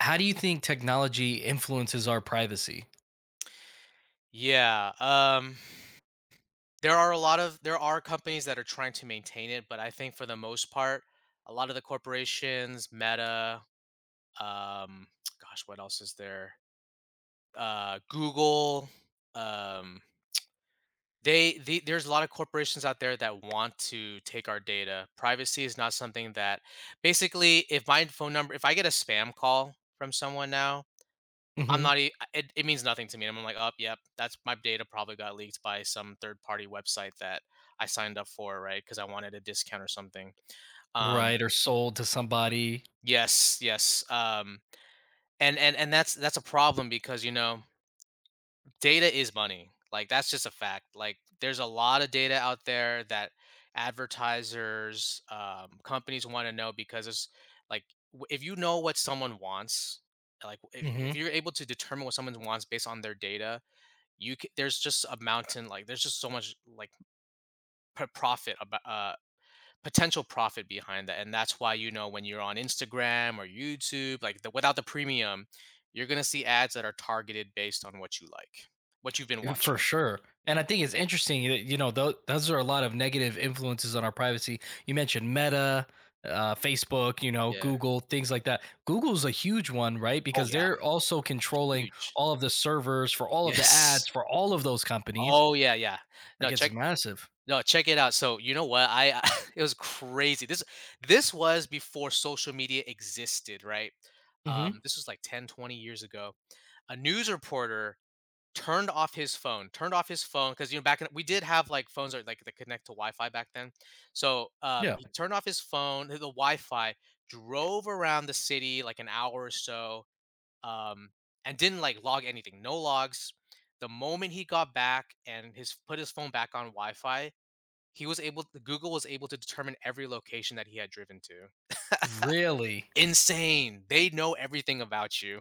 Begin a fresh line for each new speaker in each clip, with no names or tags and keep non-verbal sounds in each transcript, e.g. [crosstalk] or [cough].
How do you think technology influences our privacy?
Yeah, there are a lot of there are companies that are trying to maintain it, but I think for the most part, a lot of the corporations, Meta, um, [tsk] gosh, what else is there? Google, um, they, the there's a lot of corporations out there that want to take our data. Privacy is not something that, basically, if my phone number, if I get a spam call from someone now, I'm
Mhm.
not e I it it means nothing to me, and I'm like, "Oh, yep, that's my data probably got leaked by some third-party website that I signed up for, right? Because I wanted a discount or something." Um
Right, or sold to somebody?
Yes, yes, and that's a problem because, data is money, like, that's just a fact. Like, there's a lot of data out there that advertisers, companies wanna know because it's like, w if you know what someone wants, like, if
Mhm.
you're able to determine what someone wants based on their data, you c there's just a mountain, like there's just so much, like p profit about potential profit behind that. And that's why, you know, when you're on Instagram or YouTube, like the without the premium, you're gonna see ads that are targeted based on what you like, what you've been
For
watching.
sure. And I
Yeah,
think it's interesting that, you know, those are a lot of negative influences on our privacy. You mentioned Meta, Facebook, you know,
yeah.
Google, things like that. Google's a huge one, right?
Oh
Because
yeah,
they're also controlling
huge.
all of the servers for
[laughs]
all of the
Yes,
ads for all of those companies.
oh yeah, yeah. No,
Like, it's
check.
massive.
No, check it out. So you know what, I [laughs] it was crazy. This was before social media existed, right?
Mhm.
This was like 10, 20 years ago, a news reporter turned off his phone, turned off his phone, because, you know, back in, we did have like phones that, like, that connect to Wi-Fi back then. So,
Yeah.
he turned off his phone, the Wi-Fi, drove around the city like an hour or so, um, and didn't like log anything, no logs. The moment he got back and his put his phone back on Wi-Fi, he was able. Google was able to determine every location that he had driven to.
Really?
Insane! They know everything about you.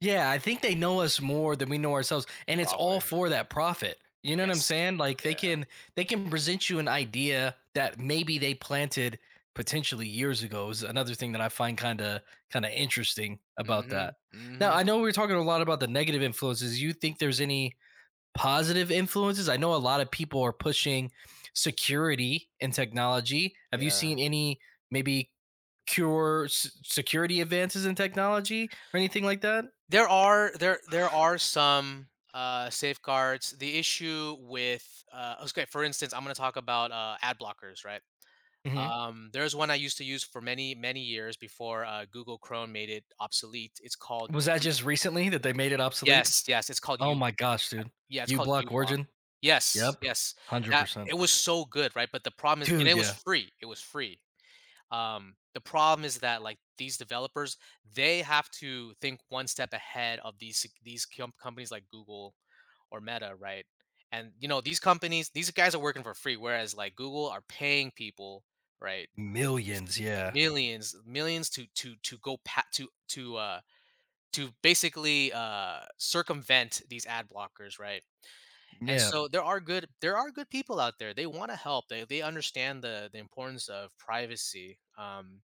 Yeah, I think they know us more than we know ourselves, and it's all
Probably.
for that profit. You know what I'm
Yes.
saying? Like they
Yeah.
can they can present you an idea that maybe they planted potentially years ago is another thing that I find kind of interesting about that.
Mm-hmm.
Now,
Mm-hmm.
I know we are talking a lot about the negative influences. You think there's any positive influences? I know a lot of people are pushing security and technology. Have you
Yeah.
seen any maybe security advances in technology or anything like that?
There there are some, safeguards. The issue with, okay, for instance, I'm gonna talk about, ad blockers, right? There's one I used to use for many, many years before, Google Chrome made it obsolete. It's called,
Was that just recently that they made it obsolete?
yes, yes, it's called
Oh
U
my gosh, dude.
yeah, it's called
uBlock
uBlock.
Origin?
Yes,
Yep.
yes. That,
100%.
it was so good, right? But the problem is, and
Dude,
it was
yeah.
free, it was free. The problem is that, like, these developers, they have to think one step ahead of these companies like Google or Meta, right? And, you know, these companies, these guys are working for free, whereas like Google are paying people, right? if-
Millions, yeah.
Millions, millions to go pat to basically circumvent these ad blockers, right? And
Yeah.
so there are good, there are good people out there. They want to help. They understand the importance of privacy.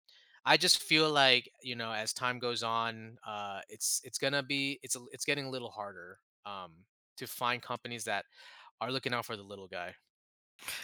I just feel like, you know, as time goes on, it's gonna be it's a it's getting a little harder, um, to find companies that are looking out for the little guy.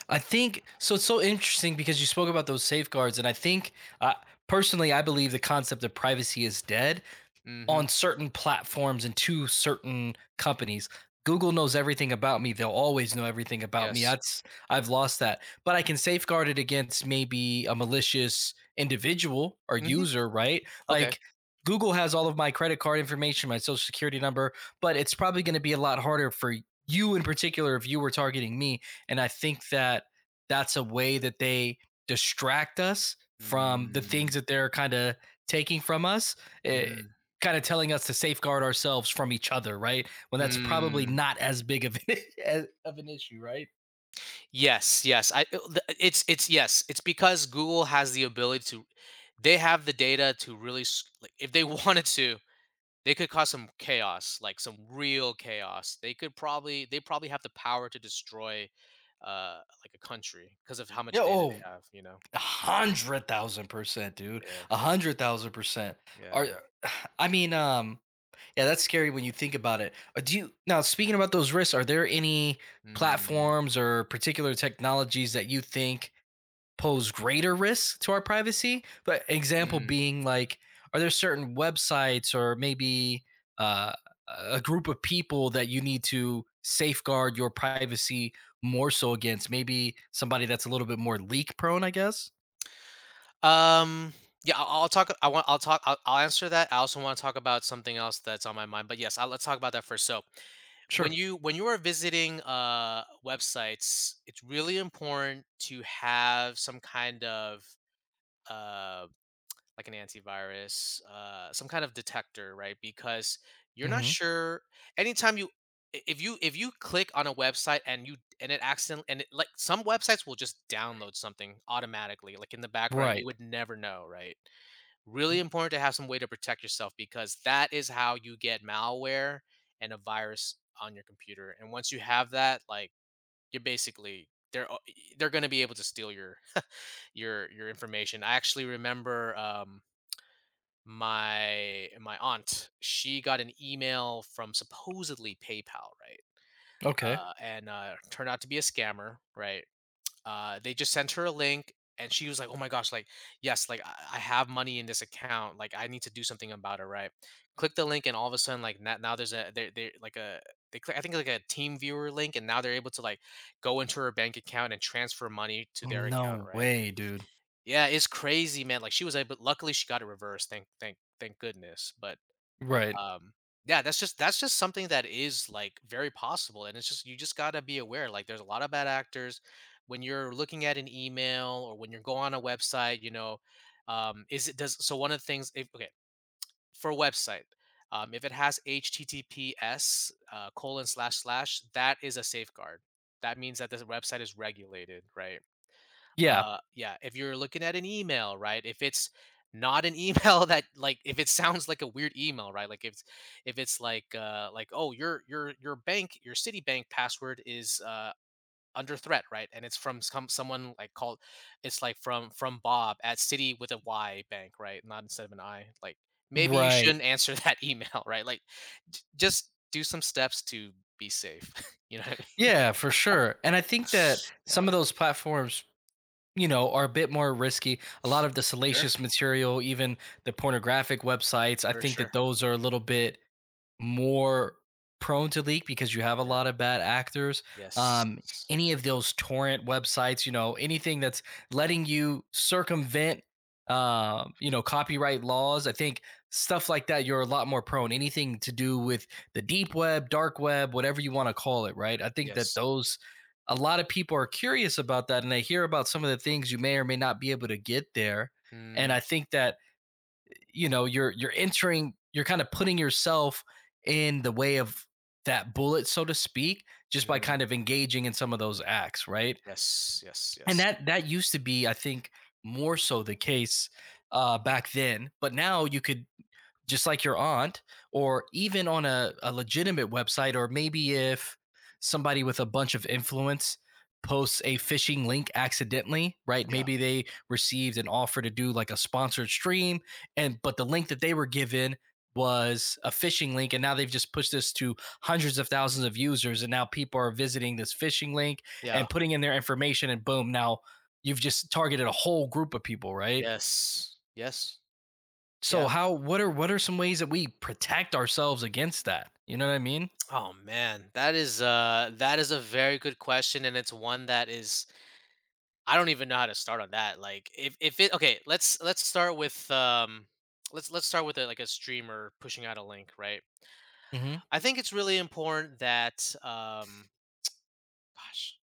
I think so, it's so interesting because you spoke about those safeguards, and I think uh, personally I believe the concept of privacy is dead
Mm-hmm.
on certain platforms and to certain companies. Google knows everything about me. They'll always know everything about me.
Yes.
That's, I've lost that. But I can safeguard it against maybe a malicious individual or
Mm-hmm.
user, right?
Okay.
Like Google has all of my credit card information, my social security number, but it's probably going to be a lot harder for you in particular if you were targeting me. And I think that that's a way that they distract us from the
Mm,
things that they're kind of taking from us. Eh,
mhm,
Kind of telling us to safeguard ourselves from each other, right? When that's probably
mm.
not as big of an, [laughs] of an issue, right?
Yes, yes. It's yes. It's because Google has the ability to, they have the data to really like, if they [laughs] wanted to, they could cause some chaos, like some real chaos. They could probably, they probably have the power to destroy like a country because of how much
Yeah.
data
Oh,
they have, you know.
100,000%, dude.
Yeah,
A
yeah,
hundred thousand percent.
yeah,
Are
yeah.
[sighs] I mean, yeah, that's scary when you think about it. Do you, now speaking about those risks, are there any
Mm,
platforms or particular technologies that you think pose greater risks to our privacy? But example
mm.
being like, are there certain websites or maybe uh, a group of people that you need to safeguard your privacy more so against? Maybe somebody that's a little bit more leak prone, I guess.
Um, yeah, I'll talk. I want. I'll talk. I'll answer that. I also want to talk about something else that's on my mind. But yes, let's talk about that first. So,
Sure.
when you, when you are visiting websites, it's really important to have some kind of um like an antivirus, some kind of detector, right? Because you're not
Hmm.
sure. Anytime you, if you click on a website and you and it accident and it, like, some websites will just download something automatically, like in the background, you
Right.
would never know, right? Really important to have some way to protect yourself, because that is how you get malware and a virus on your computer. And once you have that, like, you're basically, they're going to be able to steal your [laughs] your information. I actually remember my my aunt, she got an email from supposedly PayPal, right?
Okay.
And turned out to be a scammer, right? They just sent her a link, and she was like, "Oh my gosh, like, yes, like I have money in this account, like I need to do something about it, right?" Click the link, and all of a sudden, like, now there's a, they click, I think like a team viewer link, and now they're able to, like, go into her bank account and transfer money to their account,
No
right?
way, dude.
Yeah, it's crazy, man. Like, she was able, luckily she got it reversed. Thank goodness. But
Right.
um, yeah, that's just, something that is, like, very possible, and it's just, you just gotta be aware. Like, there's a lot of bad actors. When you're looking at an email, or when you're going on a website, you know, is it does so one of the things, if, okay, for a website, if it has HTTPS colon slash slash, that is a safeguard. That means that the website is regulated, right?
Yeah.
Yeah, if you're looking at an email, right? If it's not an email [laughs] that, like, if it sounds like a weird email, right? Like if it's like oh, your bank, your Citibank password is under threat, right? And it's from someone, like, called, it's like from Bob at City with a Y bank, right? Not instead of an I. Like, maybe you
Right.
shouldn't answer [laughs] that email, right? Like, just do some steps to be safe. [laughs] You know what I mean?
Yeah, for sure. And I think that some of
Yeah.
those platforms, you know, are a bit more risky. A lot of the
Sure.
salacious material, even the pornographic websites, I
For
think that
sure.
those are a little bit more prone to leak because you have a
Yeah.
lot of bad actors.
Yes.
Um, any of those torrent websites, you know, anything that's letting you circumvent, you know, copyright laws. I think stuff like that, you're a lot more prone. Anything to do with the deep web, dark web, whatever you want to call it, right? I think that
Yes.
those. A lot of people are curious about that and they hear about some of the things you may or may not be able to get there. And
Mm,
I think that, you know, you're entering, you're kind of putting yourself in the way of that bullet, so to speak, just by
mhm.
kind of engaging in some of those acts, right?
Yes, yes,
And
yes.
that that used to be, I think, more so the case back then, but now you could, just like your aunt, or even on a legitimate website, or maybe if somebody with a bunch of influence posts a phishing link accidentally, right?
Yeah,
Maybe they received an offer to do like a sponsored stream, and but the link that they were given was a phishing link and now they've just pushed this to hundreds of thousands of users and now people are visiting this phishing link
yeah.
and putting in their information and boom, now you've just targeted a whole group of people, right?
Yes, yes,
So
yeah.
how, what are some ways that we protect ourselves against that? You know what I mean?
Oh man, that is a very good question, and it's one that is, I don't even know how to start on that. Like, if it okay, let's start with let's start with a, like a streamer pushing out a link, right?
Mhm.
I think it's really important that, gosh,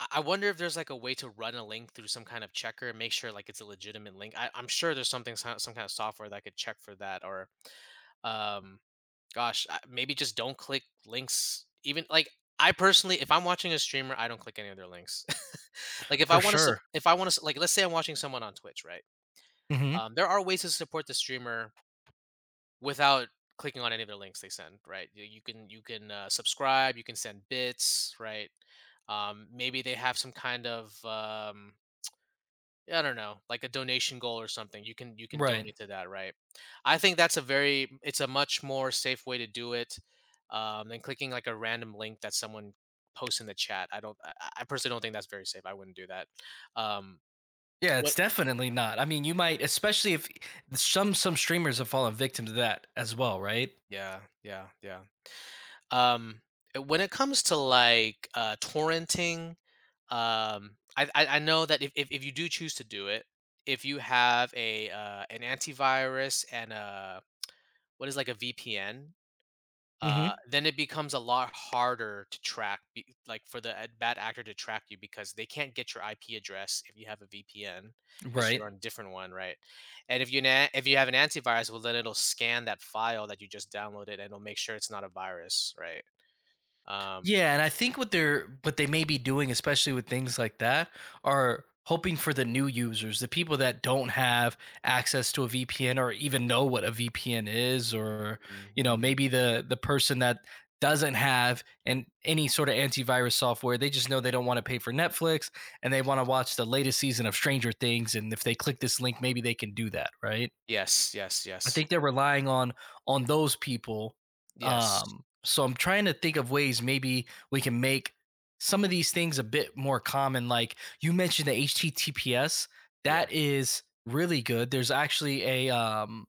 I wonder if there's like a way to run a link through some kind of checker and make sure, like, it's a legitimate link. I'm sure there's something, some kind of software that could check for that, or Um, gosh, maybe just don't click links. Even like, I personally, if I'm watching a streamer, I don't click any of their links. [laughs] Like if
For
I want to,
sure.
like let's say I'm watching someone on Twitch, right?
Mhm.
There are ways to support the streamer without clicking on any of their links they send, right? You can subscribe, you can send bits, right? Maybe they have some kind of, I don't know, like a donation goal or something. You can
Right.
donate to that, right? I think that's a very, it's a much more safe way to do it, than clicking like a random link that someone posts in the chat. I personally don't think that's very safe. I wouldn't do that. Um,
Yeah,
what?
it's definitely not. I mean, you might, especially if some streamers have fallen victim to that as well, right?
Yeah, yeah, yeah. Um, when it comes to like torrenting, I know that, if you do choose to do it, if you have a an antivirus and a, what is like, a VPN,
Mhm.
then it becomes a lot harder to track, like for the bad actor to track you, because they can't get your IP address if you have a VPN, because
Right.
you're on a different one, right? And if you, if you have an antivirus, well then it'll scan that file that you just downloaded and it'll make sure it's not a virus, right? Um,
Yeah, and I think what they're, what they may be doing, especially with things like that, are hoping for the new users, the people that don't have access to a VPN or even know what a VPN is, or
mm,
you know,
mm.
maybe the person that doesn't have an any sort of antivirus software. They just know they don't want to pay for Netflix and they want to watch the latest season of Stranger Things. And if they click this link, maybe they can do that, right?
Yes, yes,
I
yes,
think they're relying on those people.
yes,
So I'm trying to think of ways maybe we can make some of these things a bit more common. Like you mentioned the HTTPS,
yeah.
that is really good. There's actually a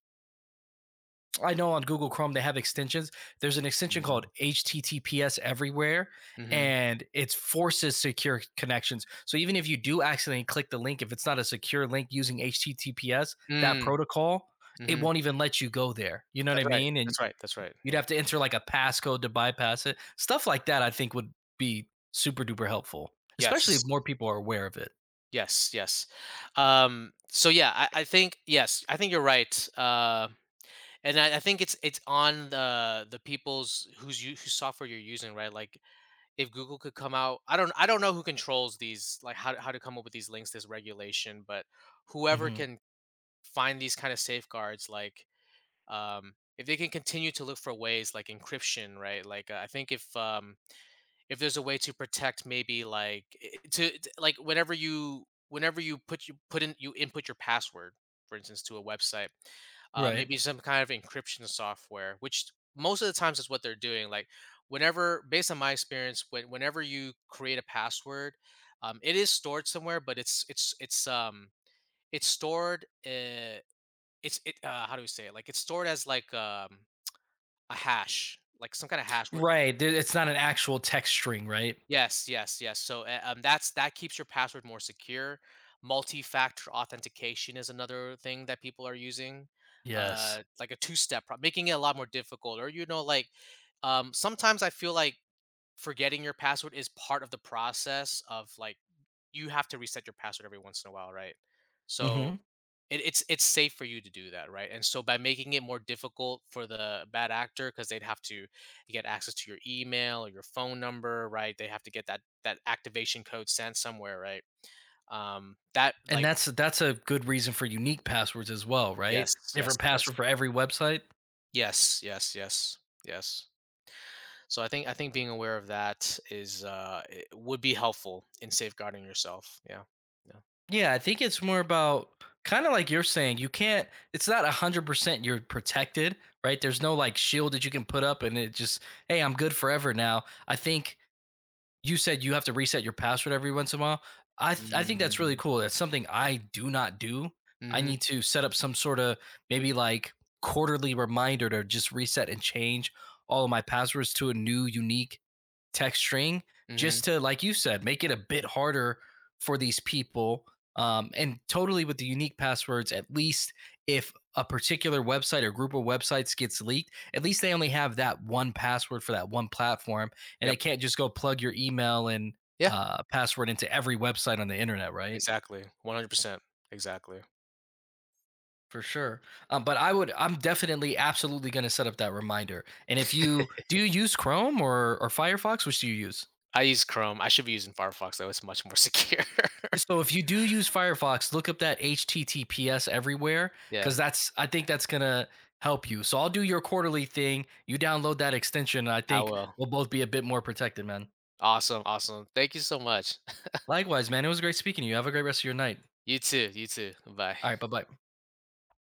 I know on Google Chrome they have extensions. There's an extension called
Mm-hmm.
HTTPS everywhere, and it forces secure connections. So even if you do accidentally click the link, if it's not a secure link using HTTPS, that
Mm-hmm.
protocol, it
Mm-hmm.
won't even let you go there. You know what I
That's right.
mean? And
That's right. That's right.
you'd
Yeah.
have to enter like a passcode to bypass it. Stuff like that, I think, would be super duper helpful, especially if
Yes.
more people are aware of it.
Yes, yes. So yeah, I think, yes, I think you're right. And I think it's on the people's who's you whose software you're using, right? Like, if Google could come out, I don't know who controls these, like how to come up with these links, this regulation, but whoever
Mhm.
can find these kind of safeguards, like um, if they can continue to look for ways like encryption, right? Like, I think if, if there's a way to protect, maybe like, like whenever you, whenever you put in, you input your password, for instance, to a website,
Right.
maybe some kind of encryption software, which most of the times is what they're doing, like, whenever, based on my experience, when, whenever you create a password, it is stored somewhere, but it's it's stored, it's it how do we say it, like, it's stored as like, a hash, like some kind of hash where,
Right. There- It's not an actual text string, right?
yes, yes, yes. So, that's, that keeps your password more secure. Multi-factor authentication is another thing that people are using,
Yes.
like a two-step, making it a lot more difficult. Or, you know, like, sometimes I feel like forgetting your password is part of the process of, like, you have to reset your password every once in a while, right?
Hmm.
So it's safe for you to do that, right? And so, by making it more difficult for the bad actor, because 'cause they'd have to get access to your email or your phone number, right? They have to get that, that activation code sent somewhere, right? That,
And
like,
that's a good reason for unique passwords as well, right?
yes, yes,
Different
yes.
password for every website.
Yes, yes, yes, yes. So I think, being aware of that is it would be helpful in safeguarding yourself. Yeah. Yeah.
Yeah, I think it's more about, kind of like you're saying, you can't, it's not 100% you're protected, right? There's no like shield that you can put up and it just, hey, I'm good forever now. I think you said you have to reset your password every once in a while. I think that's really
Mm.
cool. That's something I do not do. I
Mhm.
need to set up some sort of maybe like quarterly reminder to just reset and change all of my passwords to a new unique text string just
Mhm.
to, like you said, make it a bit harder for these people. And totally with the unique passwords, at least if a particular website or group of websites gets leaked, at least they only have that one password for that one platform, and they
Yep.
can't just go plug your email and
Yeah.
password into every website on the internet, right?
Exactly. 100%. Exactly.
For sure. But I would, I'm definitely, absolutely going to set up that reminder. And if you do, you use Chrome or Firefox, which do you use?
I use Chrome. I should be using Firefox though. It's much more [laughs] secure.
So if you do use Firefox, look up that HTTPS everywhere,
Yeah.
because that's, I think that's gonna help you. So I'll do your quarterly thing, you download that extension, and I
I
think
will.
we'll both be a bit more protected, man.
Awesome. Awesome. Thank you so much.
Likewise, man. It was great speaking to you. Have a great rest of your night.
You too. You too. Bye.
All right, bye bye.